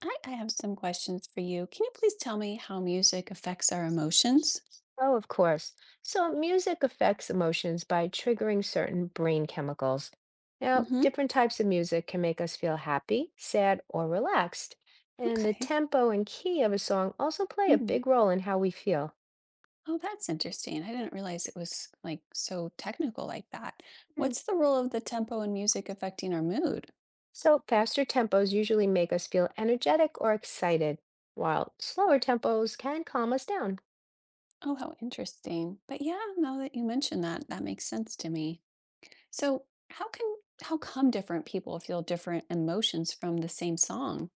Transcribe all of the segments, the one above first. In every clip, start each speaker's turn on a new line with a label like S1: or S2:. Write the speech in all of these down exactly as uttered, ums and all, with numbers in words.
S1: I, I have some questions for you. Can you please tell me how music affects our emotions?
S2: Oh, of course. So music affects emotions by triggering certain brain chemicals. Now,
S1: Hmm.
S2: different types of music can make us feel happy, sad, or relaxed. And the
S1: Okay.
S2: tempo and key of a song also play a
S1: Hmm.
S2: big role in how we feel.
S1: Oh, that's interesting. I didn't realize it was like so technical like that.
S2: Mm,
S1: What's the role of the tempo in music affecting our mood?
S2: So faster tempos usually make us feel energetic or excited, while slower tempos can calm us down.
S1: Oh, how interesting. But yeah, now that you mention that, that makes sense to me. So, how can how come different people feel different emotions from the same song?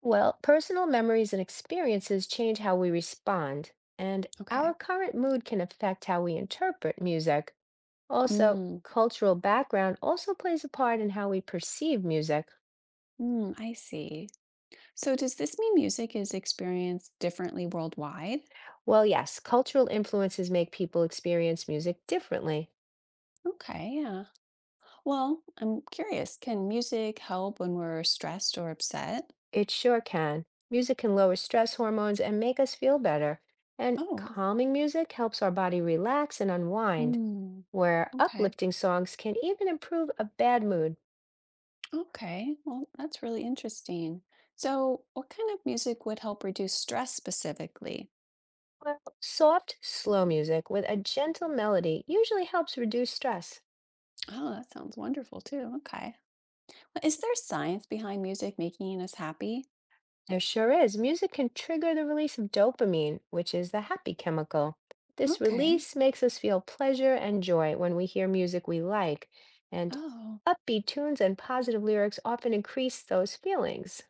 S2: Well, personal memories and experiences change how we respond, and our
S1: Okay.
S2: current mood can affect how we interpret music. Also,
S1: Mm,
S2: cultural background also plays a part in how we perceive music.
S1: mm, I see. So, does this mean music is experienced differently worldwide?
S2: Well, yes, cultural influences make people experience music differently.
S1: Okay, yeah. Well, I'm curious, can music help when we're stressed or upset?
S2: It sure can. Music can lower stress hormones and make us feel better. And
S1: Oh,
S2: calming music helps our body relax and unwind,
S1: hmm.
S2: where
S1: Okay.
S2: uplifting songs can even improve a bad mood.
S1: Okay, well, that's really interesting. So, what kind of music would help reduce stress specifically?
S2: Well, soft, slow music with a gentle melody usually helps reduce stress.
S1: Oh, that sounds wonderful too. Okay. Well, is there science behind music making us happy?
S2: There sure is. Music can trigger the release of dopamine, which is the happy chemical. This
S1: Okay.
S2: release makes us feel pleasure and joy when we hear music we like, and
S1: Oh,
S2: upbeat tunes and positive lyrics often increase those feelings.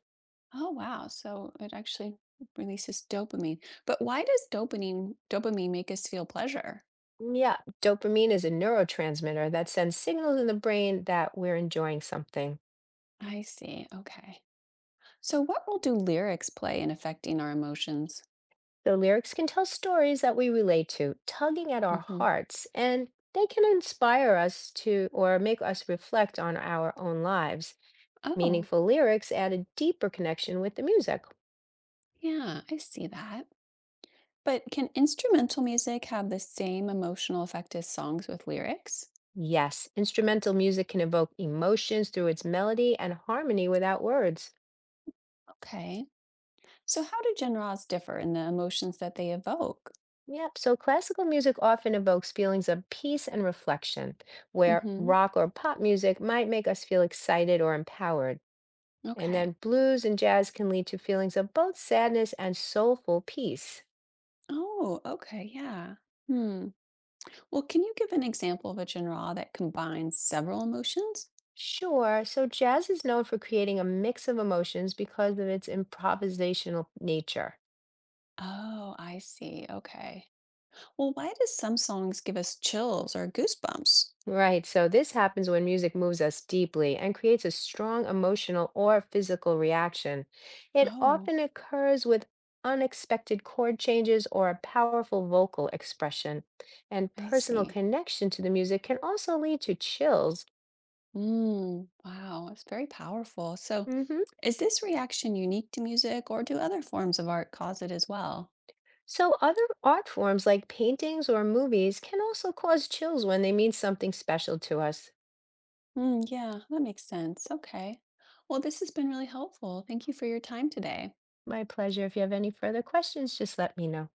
S1: oh wow. So it actually releases dopamine. But why does dopamine dopamine make us feel pleasure?
S2: Mm, yeah, dopamine is a neurotransmitter that sends signals in the brain that we're enjoying something.
S1: I see. Okay. So, what role do lyrics play in affecting our emotions?
S2: The lyrics can tell stories that we relate to, tugging at our
S1: Hmm.
S2: hearts, and they can inspire us to or make us reflect on our own lives.
S1: Oh,
S2: Meaningful lyrics add a deeper connection with the music.
S1: yeah, I see that. But can instrumental music have the same emotional effect as songs with lyrics?
S2: Yes, instrumental music can evoke emotions through its melody and harmony without words.
S1: Okay. So, how do genres differ in the emotions that they evoke?
S2: Yep, so classical music often evokes feelings of peace and reflection, where
S1: Hmm.
S2: rock or pop music might make us feel excited or empowered. And
S1: Okay.
S2: then blues and jazz can lead to feelings of both sadness and soulful peace.
S1: Oh, okay. Yeah. Hmm. Well, can you give an example of a genre that combines several emotions?
S2: Sure, so jazz is known for creating a mix of emotions because of its improvisational nature.
S1: Oh, I see. Okay. Well, why do some songs give us chills or goosebumps?
S2: Right, so this happens when music moves us deeply and creates a strong emotional or physical reaction. It
S1: Oh,
S2: often occurs with unexpected chord changes or a powerful vocal expression. And
S1: I
S2: personal
S1: see.
S2: connection to the music can also lead to chills.
S1: Mm, wow, it's very powerful. So,
S2: Hmm.
S1: is this reaction unique to music, or do other forms of art cause it as well?
S2: So, other art forms like paintings or movies can also cause chills when they mean something special to us.
S1: Mm, yeah, that makes sense. Okay. Well, this has been really helpful. Thank you for your time today.
S2: My pleasure. If you have any further questions, just let me know.